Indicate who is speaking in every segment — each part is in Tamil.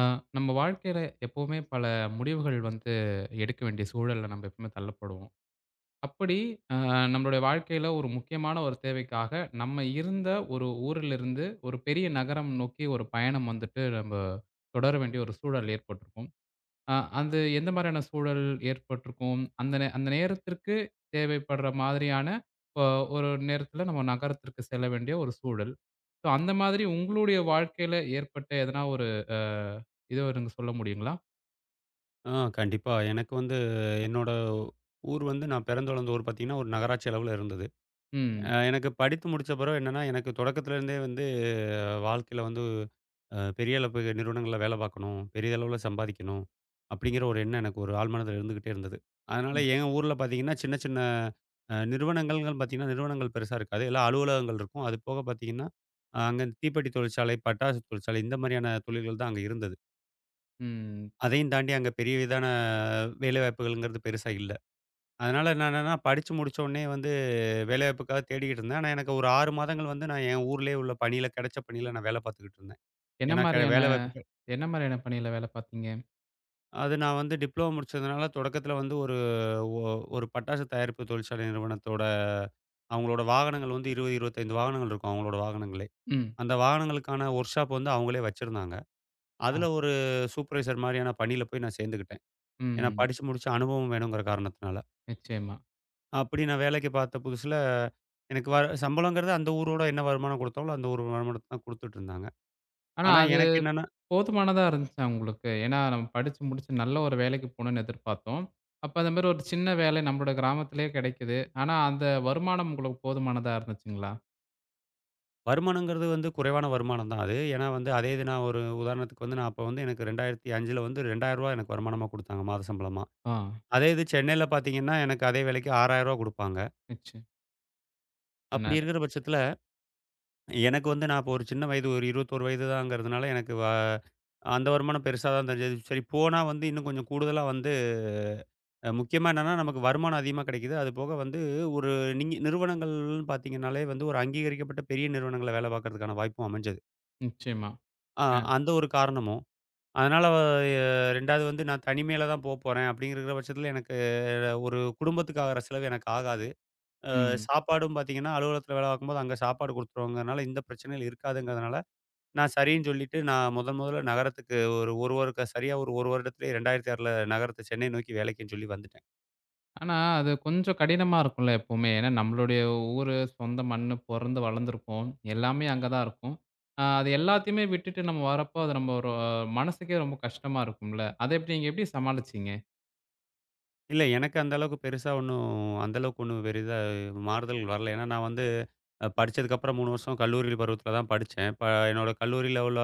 Speaker 1: ஆ, நம்ம வாழ்க்கையில எப்பவுமே பல முடிவுகள் வந்து எடுக்க வேண்டிய சூழல்ல நம்ம எப்பவுமே தள்ளப்படுவோம். அப்படி அ நம்மளுடைய வாழ்க்கையில ஒரு முக்கியமான ஒரு தேவைக்காக, நம்ம இருந்த ஒரு ஊரிலிருந்து ஒரு பெரிய நகரம் நோக்கி ஒரு பயணம் வந்துட்டு நம்ம தொடர வேண்டிய ஒரு சூழல் ஏற்பட்டிருக்கும். அ அந்த எந்த மாரியான சூழல் ஏற்பட்டிருக்கும்? அந்த நேரத்திற்கு தேவைப்படுற மாதிரியான அ ஒரு நேரத்தில நம்ம நகரத்திற்கு செல்ல வேண்டிய ஒரு சூழல். ஸோ அந்த மாதிரி உங்களுடைய வாழ்க்கையில ஏற்பட்ட எதனா ஒரு அ இது எனக்கு சொல்ல முடியுங்களா?
Speaker 2: ஆ கண்டிப்பா. எனக்கு வந்து என்னோட ஊர் வந்து நான் பிறந்து வளர்ந்த ஊர் பார்த்தீங்கன்னா, ஒரு நகராட்சி அளவுல இருந்தது.
Speaker 1: ம்.
Speaker 2: எனக்கு படித்து முடிச்ச பிறகு என்னன்னா, எனக்கு தொடக்கத்துல இருந்தே வந்து வாழ்க்கையில வந்து பெரிய அளவு நிறுவனங்கள்ல வேலை பார்க்கணும், பெரிய அளவுல சம்பாதிக்கணும் அப்படிங்கிற ஒரு எண்ணம் எனக்கு ஒரு ஆழ்மனதில இருந்துகிட்டே இருந்தது. அதனால
Speaker 1: ம்.
Speaker 2: என் ஊர்ல பார்த்தீங்கன்னா, சின்ன சின்ன நிறுவனங்கள்னு பார்த்தீங்கன்னா, நிறுவனங்கள் பெருசா இருக்காது. எல்லாம் அலுவலகங்கள் இருக்கும். அது போக பார்த்தீங்கன்னா, அங்க இந்த தீப்பெட்டி தொழிற்சாலை, பட்டாசு தொழிற்சாலை இந்த மாதிரியான தொழில்கள் தான் அங்க இருந்தது.
Speaker 1: ம்.
Speaker 2: அதையும் தாண்டி அங்க பெரிய விதான வேலைவாய்ப்புகள்ங்கிறது பெருசா இல்ல. அதனால நான் என்னன்னா, படிச்சு முடிச்ச உடனே வந்து வேலைவாய்ப்புக்காக தேடிக்கிட்டு இருந்தேன். ஆனா, எனக்கு ஒரு 6 மாதங்கள் வந்து நான் என் ஊர்லயே உள்ள பணியில கிடைச்ச பணியில நான் வேலை பார்த்துக்கிட்டு இருந்தேன்.
Speaker 1: என்ன
Speaker 2: ஏன்னா
Speaker 1: மாரியான
Speaker 2: வேலைவாய்ப்புக்கு
Speaker 1: என்ன மாரியான பணியில வேல பார்த்தீங்க?
Speaker 2: அது நான் வந்து டிப்ளமோ முடிச்சதுனால தொடக்கத்துல வந்து ஒ ஒரு பட்டாசு தயாரிப்பு தொழிற்சாலை நிறுவனத்தோட அவங்களோட வாகனங்கள் வந்து 20, 25 வாகனங்கள் இருக்கும் அவங்களோட வாகனங்களே.
Speaker 1: ம்.
Speaker 2: அந்த வாகனங்களுக்கான ஒர்க் ஷாப் வந்து அவங்களே வச்சிருந்தாங்க.
Speaker 1: ஆ.
Speaker 2: அதுல ஒரு சூப்பர்வைசர் மாரியான பணியில போய் நான் சேர்ந்துக்கிட்டேன். ஏன்னா
Speaker 1: ம்.
Speaker 2: படிச்சு முடிச்ச அனுபவம் வேணுங்கிற காரணத்தினால.
Speaker 1: நிச்சயமா.
Speaker 2: அப்படி நான் வேலைக்கு பார்த்த புதுசுல, எனக்கு வர சம்பளங்கிறது அந்த ஊரோட என்ன வருமானம் குடுத்தாங்களோ, அந்த ஒரு வருமானத்த தான் குடுத்துட்டுருந்தாங்க.
Speaker 1: ஆனா
Speaker 2: ஆனா,
Speaker 1: அது
Speaker 2: எனக்கு என்னன்னா
Speaker 1: போதுமானதா இருந்துச்சா உங்களுக்கு? ஏன்னா நம்ம படிச்சு முடிச்சு நல்ல ஒரு வேலைக்கு போணும்னு எதிர்பார்த்தோம். அப்ப அந்த மாரி ஒரு சின்ன வேலை நம்மளோட கிராமத்திலேயே கிடைக்குது. ஆனா அந்த வருமானம் உங்களுக்கு போதுமானதா இருந்துச்சுங்களா?
Speaker 2: வருமானங்கிறது வந்து குறைவான வருமானம் தான் அது. ஏன்னா வந்து அதே இது நான் ஒரு உதாரணத்துக்கு வந்து, நான் அப்ப வந்து எனக்கு 2005ல வந்து ரூ. 2000 எனக்கு வருமானமா குடுத்தாங்க, மாத சம்பளமா.
Speaker 1: ஆ.
Speaker 2: அதே இது சென்னையில பார்த்தீங்கன்னா, எனக்கு அதே வேலைக்கு ரூ. 6000 குடுப்பாங்க.
Speaker 1: நிச்சயம்.
Speaker 2: அப்படி
Speaker 1: நேர
Speaker 2: இருக்கிற பட்சத்தில, எனக்கு வந்து நான் இப்போ ஒரு சின்ன வயது, ஒரு 21 வயது தாங்கிறதுனால, எனக்கு வ அந்த வருமானம் பெருசா தான் தெரிஞ்சது. சரி போனா வந்து இன்னும் கொஞ்சம் கூடுதலா வந்து முக்கியமா என்னன்னா, நமக்கு வருமானம் அதிகமா கிடைக்குது. அது போக வந்து ஒரு நீங்க நிறுவனங்கள்னு பார்த்தீங்கன்னாலே வந்து ஒரு அங்கீகரிக்கப்பட்ட பெரிய நிறுவனங்கள்ல வேலை பார்க்கறதுக்கான வாய்ப்பும் அமைஞ்சது.
Speaker 1: நிச்சயமா.
Speaker 2: அ
Speaker 1: அ.
Speaker 2: அந்த ஒரு காரணமும். அதனால எ 2வது வந்து நான் தனிமையில தான் போப்போறேன் அப்படிங்கிற பட்சத்தில எனக்கு ஒரு குடும்பத்துக்கு ஆகுற செலவு எனக்கு ஆகாது.
Speaker 1: ம்.
Speaker 2: சாப்பாடும் பார்த்தீங்கன்னா, அலுவலகத்தில வேலை பார்க்கும்போது அங்க சாப்பாடு குடுத்துருவாங்கறனால இந்த பிரச்சனைகள் இருக்காதுங்கிறதுனால, நான் சரின்னு சொல்லிட்டு நான் முதன் முதல்ல நகரத்துக்கு ஒரு 1 சரியா ஒரு 1 வருடத்திலேயே 2006ல நகரத்த சென்னை நோக்கி வேலைக்குன்னு சொல்லி வந்துட்டேன்.
Speaker 1: ஆனா அது கொஞ்சம் கடினமா இருக்கும்ல எப்பவுமே. ஏன்னா நம்மளுடைய ஊரு, சொந்த மண்ணு, பொறந்து வளர்ந்துருப்போம். எல்லாமே அங்க தான் இருக்கும். அ அது எல்லாத்தையுமே விட்டுட்டு நம்ம வரப்போ, அது நம்ம ஒரு மனசுக்கே ரொம்ப கஷ்டமா இருக்கும்ல. அத எப்படி நீங்க எப்படி சமாளிச்சீங்க?
Speaker 2: இல்ல. எனக்கு அந்த அளவுக்கு பெருசா ஒண்ணும் அந்த அளவுக்கு ஒண்ணும் பெரிதா மாறுதல்கள் வரல. ஏன்னா, நான் வந்து படிச்சதுக்கப்புறம் 3 வருஷம் கல்லூரி பருவத்தில தான் படிச்சேன். இப்ப என்னோட கல்லூரியில உள்ள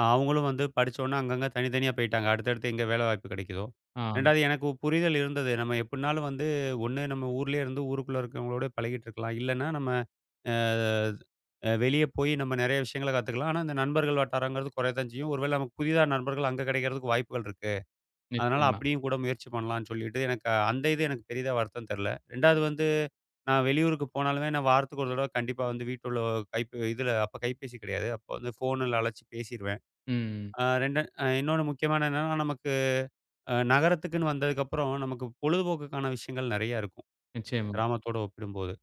Speaker 2: அவங்களும் வந்து படிச்சோனே அங்கங்க தனித்தனியா போயிட்டாங்க. அடுத்தடுத்து எங்க வேலை வாய்ப்பு கிடைக்குதோ.
Speaker 1: ஆ.
Speaker 2: 2வது எனக்கு புரிதல் இருந்தது. நம்ம எப்படினாலும் வந்து ஒண்ணு நம்ம ஊர்லயே இருந்து ஊருக்குள்ள இருக்கிறவங்களோட பழகிட்டு இருக்கலாம். இல்லன்னா நம்ம அ அ வெளிய போய் நம்ம நெறைய விஷயங்கள கத்துக்கலாம். ஆனா, இந்த நண்பர்கள் வட்டாரங்கிறது குறைய தான் செய்யும். ஒருவேள நமக்கு புதிதா நண்பர்கள் அங்க கிடைக்கிறதுக்கு வாய்ப்புகள் இருக்கு. அதனால
Speaker 1: நிச்சயமா.
Speaker 2: அப்படியும் கூட முயற்சி பண்ணலான்னு சொல்லிட்டு, எனக்கு அந்த இது எனக்கு பெரிதா வருத்தம் தெரில. 2வது வந்து நான் வெளியூருக்கு போனாலுமே, நான் வாரத்துக்கு ஒரு தடவ கண்டிப்பா வந்து வீட்ல உள்ள இதுல அப்ப கைபேசி கிடையாது. அப்ப வந்து ஃபோன்ல அழைச்சு பேசிருவேன்.
Speaker 1: ம்.
Speaker 2: 2 இன்னொன்னு முக்கியமான என்னன்னா, நமக்கு நகரத்துக்குன்னு வந்ததுக்கப்புறம், நமக்கு பொழுதுபோக்குக்கான விஷயங்கள் நெறையா இருக்கும்.
Speaker 1: நிச்சயமா.
Speaker 2: கிராமத்தோட ஒப்பிடும்போது.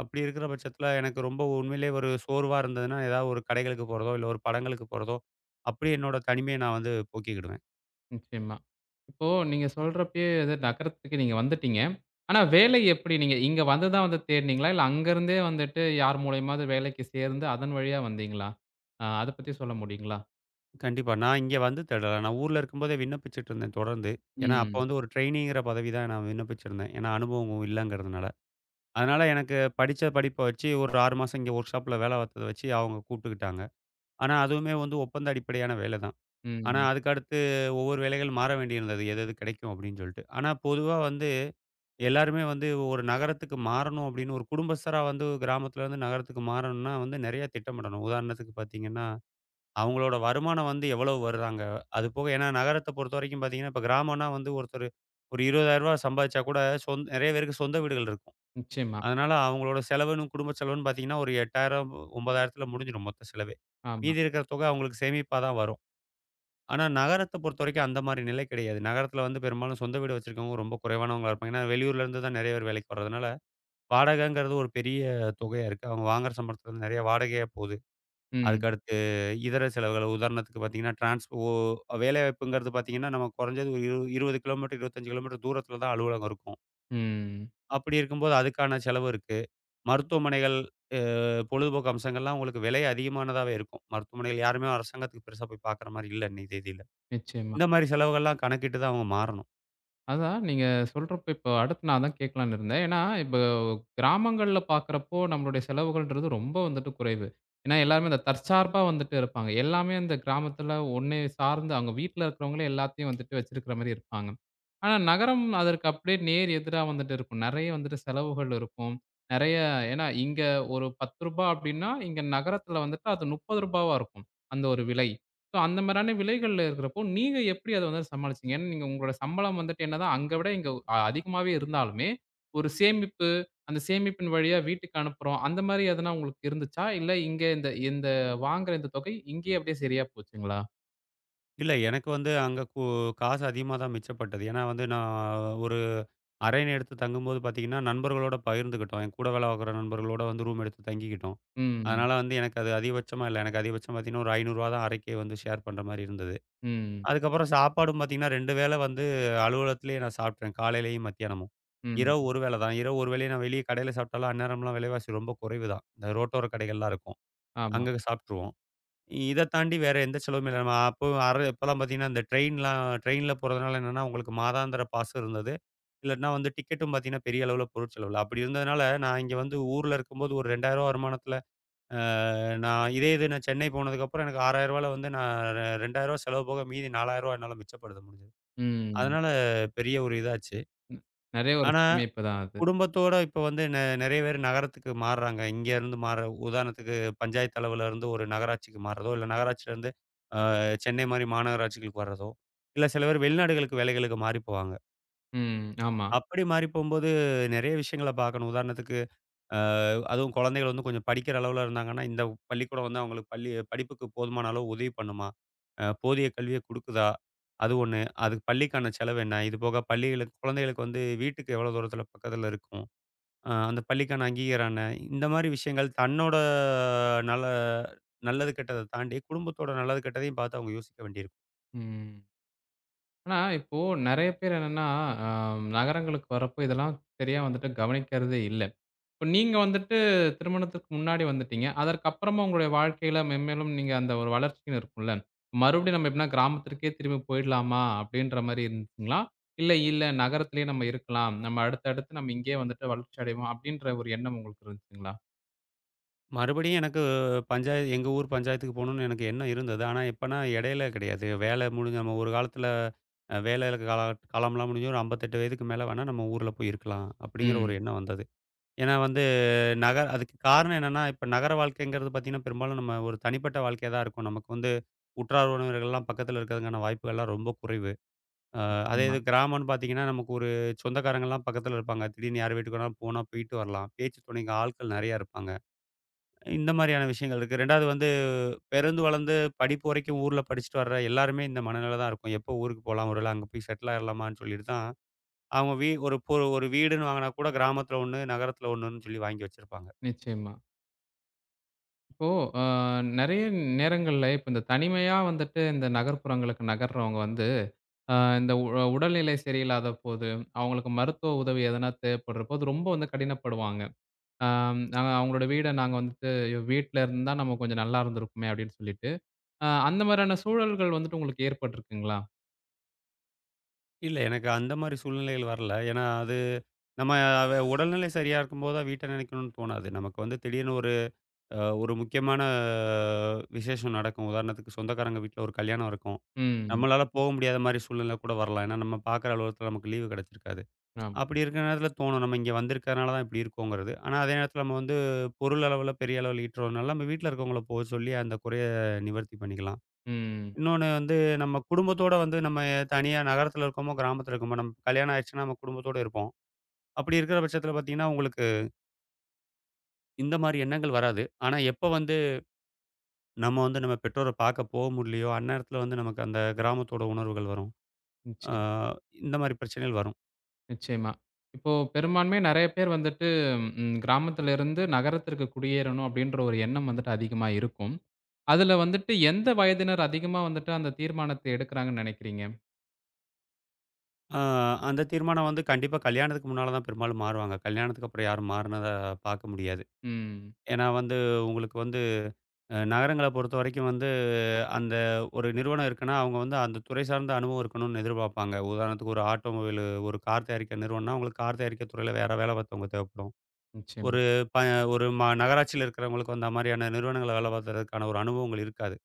Speaker 2: அப்படி இருக்கிற பட்சத்தில எனக்கு ரொம்ப உண்மையிலேயே ஒரு சோர்வா இருந்ததுன்னா, ஏதாவது ஒரு கடைகளுக்கு போறதோ, இல்ல ஒரு படங்களுக்கு போறதோ, அப்படியே என்னோட தனிமைய நான் வந்து போக்கிக்கிடுவேன்.
Speaker 1: நிச்சயமா. இப்போ நீங்க சொல்றப்பயே அது நகரத்துக்கு நீங்க வந்துட்டீங்க. ஆனா வேலை எப்படி? நீங்க இங்க வந்து தான் வந்து தேடுனீங்களா? இல்ல அங்கருந்தே வந்துட்டு யார் மூலியமாவது வேலைக்கு சேர்ந்து அதன் வழியா வந்தீங்களா? அ அத பத்தி சொல்ல முடியுங்களா?
Speaker 2: கண்டிப்பா. நான் இங்க வந்து தேடல. நான் ஊர்ல இருக்கும்போதே விண்ணப்பிச்சுட்டு இருந்தேன் தொடர்ந்து. ஏன்னா, அப்ப
Speaker 1: ம்.
Speaker 2: வந்து ஒரு ட்ரெய்னிங்கிற பதவி தான் நான் விண்ணப்பிச்சிருந்தேன். ஏன்னா, அனுபவம் இல்லங்கிறதுனால. அதனால எனக்கு படிச்ச படிப்ப வச்சு ஒரு 6 மாசம் இங்க ஒர்க் ஷாப்ல வேலை பார்த்தத வச்சு அவங்க கூப்பிட்டுக்கிட்டாங்க. ஆனா, அதுவுமே வந்து ஒப்பந்த அடிப்படையான வேலை தான். ஆனா,
Speaker 1: ம்.
Speaker 2: அதுக்கு அடுத்து ஒவ்வொரு வேலைகள் மாற வேண்டியிருந்தது. எது எது கிடைக்கும் அப்படின்னு சொல்லிட்டு. ஆனா, பொதுவா வந்து எல்லாருமே வந்து ஒரு நகரத்துக்கு மாறணும் அப்படின்னு ஒரு குடும்பஸ்தரா வந்து கிராமத்துல இருந்து நகரத்துக்கு மாறணும்னா வந்து நெறைய திட்டமிடணும். உதாரணத்துக்கு பார்த்தீங்கன்னா அவங்களோட வருமானம் வந்து எவ்வளவு வர்றாங்க? அது போக ஏன்னா நகரத்த பொறுத்தவரைக்கும் பார்த்தீங்கன்னா, இப்ப கிராமம்னா வந்து ஒருத்தரு ஒரு ரூ. 20,000 சம்பாதிச்சா கூட நெறைய பேருக்கு சொந்த வீடுகள் இருக்கும்.
Speaker 1: நிச்சயமா.
Speaker 2: அதனால அவங்களோட செலவுன்னு, குடும்ப செலவுன்னு பார்த்தீங்கன்னா, ஒரு 8,000 9,000த்துல முடிஞ்சிடும் மொத்த செலவே.
Speaker 1: ஆமா.
Speaker 2: மீதி இருக்கிற தொகை அவங்களுக்கு சேமிப்பா தான் வரும். ஆனா நகரத்த பொறுத்தவரைக்கும் அந்த மாரி நிலை கிடையாது. நகரத்துல வந்து பெரும்பாலும் சொந்த வீடு வச்சிருக்கவங்க ரொம்ப குறைவானவங்களா இருப்பாங்க. ஏன்னா வெளியூர்ல இருந்து தான் நெறைய பேர் வேலைக்கு வர்றதுனால, வாடகைங்கிறது ஒரு பெரிய தொகையா இருக்கு. அவங்க வாங்குற சம்பளத்துல இருந்து நெறைய வாடகையா போது.
Speaker 1: ம்.
Speaker 2: அதுக்கு அடுத்து இதர செலவுகள் உதாரணத்துக்கு பார்த்தீங்கன்னா, டிரான்ஸ் ஓ வேலைவாய்ப்புங்கிறது பார்த்தீங்கன்னா, நம்ம குறைஞ்சது ஒரு 20 கிலோமீட்டர், 25 கிலோமீட்டர் தூரத்தில தான் அலுவலகம் இருக்கும்.
Speaker 1: ம்.
Speaker 2: அப்படி இருக்கும்போது அதுக்கான செலவு இருக்கு. மருத்துவமனைகள், அ பொழுதுபோக்கு அம்சங்கள்லாம் உங்களுக்கு விலை அதிகமானதாவே இருக்கும். மருத்துவமனைகள் யாருமே அரசாங்கத்துக்கு பெருசா போய் பார்க்குற மாரி இல்ல இன்னைய தேதியில.
Speaker 1: நிச்சயமா.
Speaker 2: இந்த மாரி செலவுகள்லாம் கணக்கிட்டு தான் அவங்க மாறணும்.
Speaker 1: அதான் நீங்க சொல்றப்ப இப்போ அடுத்து நான் அதான் கேட்கலான்னு இருந்தேன். ஏன்னா, இப்போ கிராமங்கள்ல பார்க்குறப்போ நம்மளுடைய செலவுகள்ன்றது ரொம்ப வந்துட்டு குறைவு. ஏன்னா, எல்லாருமே இந்த தற்சார்பா வந்துட்டு இருப்பாங்க. எல்லாமே இந்த கிராமத்தில ஒண்ணே சார்ந்து அவங்க வீட்ல இருக்கிறவங்களே எல்லாத்தையும் வந்துட்டு வச்சிருக்கிற மாரி இருப்பாங்க. ஆனா நகரம் அதற்கு அப்படியே நேர் எதிரா வந்துட்டு இருக்கும். நெறைய வந்துட்டு செலவுகள் இருக்கும். நெறைய ஏன்னா இங்க ஒரு ரூ. 10 அப்படின்னா, இங்க நகரத்துல வந்துட்டு அது ரூ. 30வா இருக்கும். அந்த ஒரு விலை. ஸோ அந்த மாரியான விலைகள்ல இருக்கிறப்போ, நீங்க எப்படி அத வந்து சமாளிச்சீங்க? ஏன்னா நீங்க உங்களோட சம்பளம் வந்துட்டு என்னதான் அங்க விட இங்க அ அதிகமாவே இருந்தாலுமே, ஒரு சேமிப்பு, அந்த சேமிப்பின் வழியா வீட்டுக்கு அனுப்புறோம். அந்த மாரி எதனா உங்களுக்கு இருந்துச்சா? இல்ல இங்க இந்த இந்த வாங்குற இந்த தொகை இங்கேயே அப்படியே சரியா போச்சுங்களா?
Speaker 2: இல்ல எனக்கு வந்து அங்க காசு அதிகமா தான் மிச்சப்பட்டது. ஏன்னா வந்து நான் ஒரு அறைன்னு எடுத்து தங்கும்போது பார்த்தீங்கன்னா, நண்பர்களோட பகிர்ந்துக்கிட்டோம். என் கூட வேலை பார்க்குற நண்பர்களோட வந்து ரூம் எடுத்து தங்கிக்கிட்டோம்.
Speaker 1: ம்.
Speaker 2: அதனால வந்து எனக்கு அது அதிகபட்சமா இல்ல. எனக்கு அதிகபட்சம் பார்த்தீங்கன்னா, ஒரு ரூ. 500 தான் அறைக்கே வந்து ஷேர் பண்ற மாரி இருந்தது.
Speaker 1: ம்.
Speaker 2: அதுக்கப்புறம் சாப்பாடும் பார்த்தீங்கன்னா, 2 வேளை வந்து அலுவலகத்திலேயே நான் சாப்பிட்டேன். காலையிலயும், மத்தியானமும். இரவு
Speaker 1: ம்.
Speaker 2: ஒரு வேள தான். இரவு ஒரு வேளையும் நான் வெளிய கடையில சாப்பிட்டாலும் அந்நேரம்லாம் விலைவாசி ரொம்ப குறைவு தான். இந்த ரோட்டோர கடைகள்லாம் இருக்கும்.
Speaker 1: ஆமா.
Speaker 2: அங்க சாப்ட்டுருவோம். இத தாண்டி வேற எந்த செலவுமே இல்ல. நம்ம அப்போ இப்பலாம் பார்த்தீங்கன்னா, இந்த ட்ரெயின்ல போறதுனால என்னன்னா, உங்களுக்கு மாதாந்திர பாஸ் இருந்தது. இல்லாட்டினா வந்து டிக்கெட்டும் பார்த்தீங்கன்னா, பெரிய அளவுல பொருட்செலவு இல்ல. அப்படி இருந்ததுனால, நான் இங்க வந்து ஊர்ல இருக்கும்போது ஒரு ரூ. 2000 வருமானத்தில, அ நான் இதே இது நான் சென்னை போனதுக்கப்புறம் எனக்கு ரூ. 6000ல வந்து நான் ரூ. 2000 செலவு போக மீதி ரூ. 4000 என்னால மிச்சப்படுத்த முடிஞ்சது.
Speaker 1: ம்.
Speaker 2: அதனால பெரிய ஒரு இதாச்சு.
Speaker 1: ம். நெறைய ஒரு
Speaker 2: ஆனா
Speaker 1: சேமிப்பு தான் அது.
Speaker 2: குடும்பத்தோட இப்ப வந்து நெறைய பேர் நகரத்துக்கு மாறுறாங்க. இங்க இருந்து மாற உதாரணத்துக்கு பஞ்சாயத்து அளவுல இருந்து ஒரு நகராட்சிக்கு மாறுறதோ, இல்ல நகராட்சியிலருந்து அ சென்னை மாரி மாநகராட்சிகளுக்கு வர்றதோ, இல்ல சில பேர் வெளிநாடுகளுக்கு வேலைகளுக்கு மாறி போவாங்க.
Speaker 1: ம். ஆமா.
Speaker 2: அப்படி மாறி போம்போது நெறைய விஷயங்கள பார்க்கணும். உதாரணத்துக்கு அ அதுவும் குழந்தைகள் வந்து கொஞ்சம் படிக்கிற அளவுல இருந்தாங்கன்னா, இந்த பள்ளிக்கூடம் வந்து அவங்களுக்கு பள்ளி படிப்புக்கு போதுமான அளவு உதவி பண்ணுமா? போதிய கல்விய குடுக்குதா? அது ஒண்ணு. அதுக்கு பள்ளிக்கான செலவு என்ன? இது போக பள்ளிகளுக்கு குழந்தைகளுக்கு வந்து வீட்டுக்கு எவ்வளோ தூரத்தில பக்கத்தில இருக்கும்? அந்த பள்ளிக்கான அங்கீகாரம் என்ன? இந்த மாரி விஷயங்கள் தன்னோட நல்ல நல்லது கெட்டத தாண்டி, குடும்பத்தோட நல்லது கெட்டதையும் பார்த்து அவங்க யோசிக்க வேண்டியிருக்கும்.
Speaker 1: ம். ஆனா, இப்போ நெறைய பேர் என்னன்னா, அ நகரங்களுக்கு வரப்போ இதெல்லாம் சரியா வந்துட்டு கவனிக்கிறதே இல்ல. இப்ப நீங்க வந்துட்டு திருமணத்துக்கு முன்னாடி வந்துட்டீங்க. அதற்கப்புறமா உங்களுடைய வாழ்க்கையில மென்மேலும் நீங்க அந்த ஒரு வளர்ச்சின்னு இருக்கும்ல. மறுபடியும் நம்ம எப்படின்னா கிராமத்திற்கே திரும்பி போயிடலாமா? அப்படின்ற மாரி இருந்துச்சுங்களா? இல்ல, இல்ல நகரத்திலேயே நம்ம இருக்கலாம். நம்ம அடுத்தடுத்து நம்ம இங்கேயே வந்துட்டு வளர்ச்சி அடைவோம் அப்படின்ற ஒரு எண்ணம் உங்களுக்கு இருந்துச்சுங்களா?
Speaker 2: மறுபடியும் எனக்கு பஞ்சாயத்து எங்க ஊர் பஞ்சாயத்துக்கு போணும்னு எனக்கு எண்ணம் இருந்தது. ஆனா எப்பன்னா இடையில கிடையாது. வேலை முடிஞ்சு நம்ம ஒரு காலத்துல வேலை காலம்லாம் முடிஞ்சு ஒரு 58 வயதுக்கு மேல வேணா நம்ம ஊர்ல போய் இருக்கலாம், அப்படிங்கிற ஒரு
Speaker 1: ம்.
Speaker 2: எண்ணம் வந்தது. ஏன்னா வந்து அதுக்கு காரணம் என்னன்னா, இப்ப நகர வாழ்க்கைங்கிறது பார்த்தீங்கன்னா, பெரும்பாலும் நம்ம ஒரு தனிப்பட்ட வாழ்க்கையா தான் இருக்கும். நமக்கு வந்து உற்றார் உறவினர்கள்லாம் பக்கத்துல இருக்கிறதுக்கான வாய்ப்புகள்லாம் ரொம்ப குறைவு. அ அதே
Speaker 1: நிச்சயமா,
Speaker 2: இது கிராமம்னு பார்த்தீங்கன்னா, நமக்கு ஒரு சொந்தக்காரங்கலாம் பக்கத்தில இருப்பாங்க. திடீர்னு யார் வீட்டுக்கு வேணாலும் போனா போயிட்டு வரலாம். பேச்சு துணைக்கு ஆட்கள் நெறையா இருப்பாங்க. இந்த மாரியான விஷயங்கள் இருக்கு. 2வது வந்து பிறந்து வளர்ந்து படிப்பு வரைக்கும் ஊர்ல படிச்சுட்டு வர்ற எல்லாருமே இந்த மனநிலை தான் இருக்கும். எப்போ ஊருக்கு போலாம்? ஒருவேள அங்க போய் செட்டில் ஆயிரலாமான்னு சொல்லிட்டு தான், அவங்க வீ ஒரு பொ ஒரு வீடுன்னு வாங்குனா கூட கிராமத்தில 1, நகரத்தில 1ன்னு சொல்லி வாங்கி வச்சிருப்பாங்க.
Speaker 1: நிச்சயமா. இப்போ அ நெறைய நேரங்கள்ல இப்ப இந்த தனிமையா வந்துட்டு இந்த நகர்ப்புறங்களுக்கு நகர்றவங்க வந்து, அ இந்த உடல்நிலை சரியில்லாத போது, அவங்களுக்கு மருத்துவ உதவி எதனா தேவைப்படுறபோது ரொம்ப வந்து கடினப்படுவாங்க. அம் நாங்க அவங்களோட வீட நாங்க வந்துட்டு "ஐயோ! வீட்ல இருந்தா நம்ம கொஞ்சம் நல்லா இருந்திருக்குமே" அப்படின்னு சொல்லிட்டு, அ அந்த மாரியான சூழல்கள் வந்துட்டு உங்களுக்கு ஏற்பட்டுருக்குங்களா?
Speaker 2: இல்ல எனக்கு அந்த மாரி சூழ்நிலைகள் வரல. ஏன்னா, அது நம்ம அவ உடல்நிலை சரியா இருக்கும்போது தான் வீட்ட நினைக்கணும்னு தோணாது. நமக்கு வந்து திடீர்னு ஒரு ஒரு முக்கியமான விசேஷம் நடக்கும். உதாரணத்துக்கு சொந்தக்காரங்க வீட்ல ஒரு கல்யாணம் இருக்கும்.
Speaker 1: ம்.
Speaker 2: நம்மளால போக முடியாத மாரி சூழ்நிலை கூட வரலாம். ஏன்னா, நம்ம பார்க்குற அலுவலகத்துல நமக்கு லீவு கிடைச்சிருக்காது.
Speaker 1: ஆமா.
Speaker 2: அப்படி இருக்கிற நேரத்துல தோணும். நம்ம இங்க வந்திருக்கிறதுனால தான் இப்படி இருக்கோங்கிறது. ஆனா, அதே நேரத்துல நம்ம வந்து பொருள் அளவுல பெரிய அளவுல ஈட்டுறதுனால, நம்ம வீட்ல இருக்கவங்கள சொல்லி அந்த குறைய நிவர்த்தி பண்ணிக்கலாம்.
Speaker 1: ம்.
Speaker 2: இன்னொன்னு வந்து நம்ம குடும்பத்தோட வந்து நம்ம தனியா நகரத்துல இருக்கோமோ, கிராமத்துல இருக்கோமோ, நம்ம கல்யாணம் ஆயிருச்சுன்னா நம்ம குடும்பத்தோட இருப்போம். அப்படி இருக்கிற பட்சத்துல பார்த்தீங்கன்னா, உங்களுக்கு இந்த மாரி எண்ணங்கள் வராது. ஆனா எப்ப வந்து நம்ம வந்து நம்ம பெற்றோர பார்க்க முடியலையோ, அந்நேரத்தில வந்து நமக்கு அந்த கிராமத்தோட உணர்வுகள் வரும். ஆ
Speaker 1: நிச்சயமா,
Speaker 2: இந்த மாரி பிரச்சனைகள் வரும்.
Speaker 1: நிச்சயமா. இப்போ பெரும்பான்மையா நெறைய பேர் வந்துட்டு ம் கிராமத்துல இருந்து நகரத்திற்கு குடியேறணும் அப்படின்ற ஒரு எண்ணம் வந்துட்டு அதிகமா இருக்கும். அதுல வந்துட்டு எந்த வயதினர் அதிகமா வந்துட்டு அந்த தீர்மானத்த எடுக்குறாங்கன்னு நெனைக்கிறீங்க?
Speaker 2: ஆ அந்த தீர்மானம் வந்து கண்டிப்பா கல்யாணத்துக்கு முன்னால தான் பெரும்பாலும் மாறுவாங்க. கல்யாணத்துக்கு அப்புறம் யாரும் மாறுனத பார்க்க முடியாது.
Speaker 1: ம்.
Speaker 2: ஏன்னா வந்து உங்களுக்கு வந்து நகரங்கள பொறுத்தவரைக்கும் வந்து அந்த ஒரு நிறுவனம் இருக்குன்னா, அவங்க வந்து அந்த துறை சார்ந்த அனுபவம் இருக்கணும்னு எதிர்பார்ப்பாங்க. உதாரணத்துக்கு ஒரு ஆட்டோமொபைல் ஒரு கார் தயாரிக்கிற நிறுவனம்னா, அவங்களுக்கு கார் தயாரிக்கிற துறையில வேற வேலை பார்த்தவங்க தேவைப்படும்.
Speaker 1: நிச்சயமா,
Speaker 2: ஒரு ப ஒரு நகராட்சியில இருக்கிறவங்களுக்கு வந்து அந்த மாரியான நிறுவனங்கள்ல வேலை பார்த்ததுக்கான ஒரு அனுபவங்கள் இருக்காது.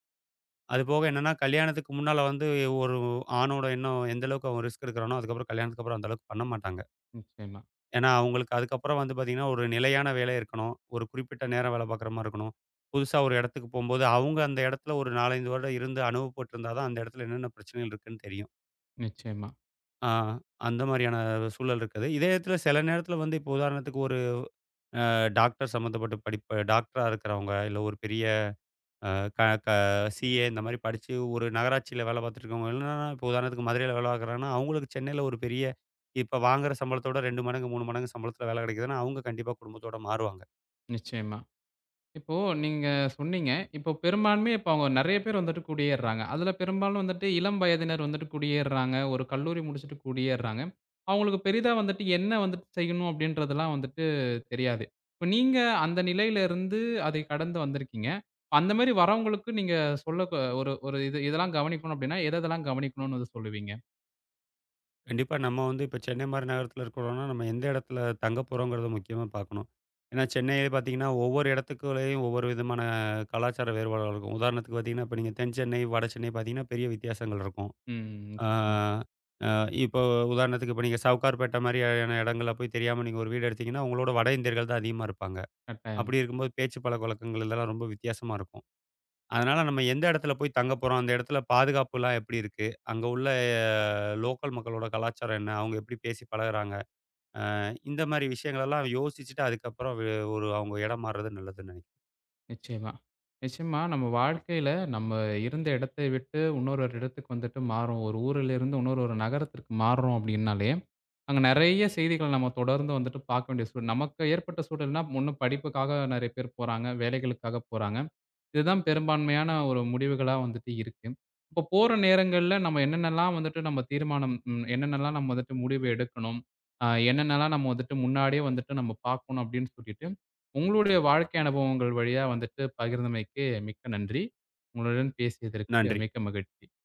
Speaker 2: அது போக என்னன்னா, கல்யாணத்துக்கு முன்னால வந்து ஒரு ஆணோட எண்ணம் எந்த அளவுக்கு அவன் ரிஸ்க் எடுக்கிறானோ, அதுக்கப்புறம் கல்யாணத்துக்கு அப்புறம் அந்த அளவுக்கு பண்ண மாட்டாங்க.
Speaker 1: நிச்சயமா,
Speaker 2: ஏன்னா, அவங்களுக்கு அதுக்கப்புறம் வந்து பார்த்தீங்கன்னா, ஒரு நிலையான வேலை இருக்கணும். ஒரு குறிப்பிட்ட நேரம் வேலை பார்க்குற மாரி இருக்கணும். புதுசா ஒரு இடத்துக்கு போம்போது, அவங்க அந்த இடத்துல ஒரு 4, 5 வருடம் இருந்து அனுபவப்பட்டிருந்தா தான், அந்த இடத்துல என்னென்ன பிரச்சனைகள் இருக்குன்னு தெரியும்.
Speaker 1: நிச்சயமா,
Speaker 2: ஆ அந்த மாரியான சூழல் இருக்குது. இதே இடத்துல சில நேரத்தில வந்து இப்போ உதாரணத்துக்கு ஒரு டாக்டர் சம்மந்தப்பட்ட படிப்பு டாக்டரா இருக்கிறவங்க, இல்ல ஒரு பெரிய அ க க CA இந்த மாரி படிச்சு ஒரு நகராட்சியில வேலை பார்த்துட்டு இருக்கவங்க என்னன்னா, இப்போ உதாரணத்துக்கு மதுரையில வேலை பார்க்குறாங்கன்னா, அவங்களுக்கு சென்னையில ஒரு பெரிய இப்ப வாங்குற சம்பளத்தோட 2 மடங்கு, 3 மடங்கு சம்பளத்தில வேலை கிடைக்குதுன்னா, அவங்க கண்டிப்பா குடும்பத்தோட மாறுவாங்க.
Speaker 1: நிச்சயமா. இப்போ நீங்க சொன்னீங்க. இப்போ பெரும்பான்மையா இப்ப அவங்க நெறைய பேர் வந்துட்டு குடியேறுறாங்க. அதுல பெரும்பாலும் வந்துட்டு இளம் வயதினர் வந்துட்டு குடியேறுறாங்க. ஒரு கல்லூரி முடிச்சுட்டு குடியேறுறாங்க. அவங்களுக்கு பெரிதா வந்துட்டு என்ன வந்துட்டு செய்யணும் அப்படின்றதெல்லாம் வந்துட்டு தெரியாது. இப்ப நீங்க அந்த நிலையில இருந்து அதை கடந்து வந்திருக்கீங்க. அந்த மாரி வரவங்களுக்கு நீங்க சொல்ல ஒரு ஒரு இதெல்லாம் கவனிக்கணும் அப்படின்னா, எதெல்லாம் கவனிக்கணும்னு வந்து சொல்லுவீங்க?
Speaker 2: கண்டிப்பா நம்ம வந்து இப்போ சென்னை மாரி நகரத்தில இருக்கிறோம்னா, நம்ம எந்த இடத்துல தங்க போறோங்கிறத முக்கியமா பார்க்கணும். ஏன்னா சென்னையே பார்த்தீங்கன்னா, ஒவ்வொரு இடத்துக்குள்ளேயும் ஒவ்வொரு விதமான கலாச்சார வேறுபாடுகள் இருக்கும். உதாரணத்துக்கு பார்த்தீங்கன்னா, இப்போ நீங்க தென் சென்னை, வட சென்னை பார்த்தீங்கன்னா, பெரிய வித்தியாசங்கள் இருக்கும்.
Speaker 1: ம்.
Speaker 2: ஆ,
Speaker 1: நிச்சயமா.
Speaker 2: அ இப்போ உதாரணத்துக்கு இப்ப நீங்க சவுகார்பேட்டை மாரியான இடங்கள்ல போய் தெரியாம நீங்க ஒரு வீடு எடுத்தீங்கன்னா, உங்களோட வட இந்தியர்கள் தான் அதிகமா இருப்பாங்க.
Speaker 1: கட்டாயமா.
Speaker 2: அப்படி இருக்கும்போது பேச்சு பழக்கவழக்கங்கள் இதெல்லாம் ரொம்ப வித்தியாசமா இருக்கும். அதனால நம்ம எந்த இடத்துல போய் தங்க போறோம், அந்த இடத்துல பாதுகாப்புலாம் எப்படி இருக்கு? அங்க உள்ள லோக்கல் மக்களோட கலாச்சாரம் என்ன? அவங்க எப்படி பேசி பழகுறாங்க? அ இந்த மாரி விஷயங்களெல்லாம் யோசிச்சுட்டு அதுக்கப்புறம் ஒரு அவங்க இடம் மாறுறது நல்லதுன்னு நினைக்கிறேன்.
Speaker 1: நிச்சயமா. நிச்சயமா நம்ம வாழ்க்கையில நம்ம இருந்த இடத்தை விட்டு இன்னொரு ஒரு இடத்துக்கு வந்துட்டு மாறுறோம். ஒரு ஊரிலிருந்து இன்னொரு ஒரு நகரத்திற்கு மாறுறோம் அப்டின்னாலே, அங்க நெறைய செய்திகள நம்ம தொடர்ந்து வந்துட்டு பார்க்க வேண்டிய சூழல். நமக்கு ஏற்பட்ட சூழல்னா, ஒண்ணு படிப்புக்காக நெறைய பேர் போறாங்க, வேலைகளுக்காக போறாங்க. இதுதான் பெரும்பான்மையான ஒரு முடிவுகளா வந்துட்டு இருக்கு. அப்போ போற நேரங்கள்ல நம்ம என்னென்னலாம் வந்துட்டு நம்ம தீர்மானம் என்னென்னலாம் நம்ம வந்துட்டு முடிவு எடுக்கணும்? அ என்னென்னலாம் நம்ம வந்துட்டு முன்னாடியே வந்துட்டு நம்ம பார்க்கணும் அப்படின்னு சொல்லிட்டு, உங்களுடைய வாழ்க்கை அனுபவங்கள் வழியா வந்துட்டு பகிர்ந்தமைக்கு மிக்க நன்றி. உங்களுடன் பேசியதற்கு
Speaker 2: நன்றி.
Speaker 1: மிக்க மகிழ்ச்சி.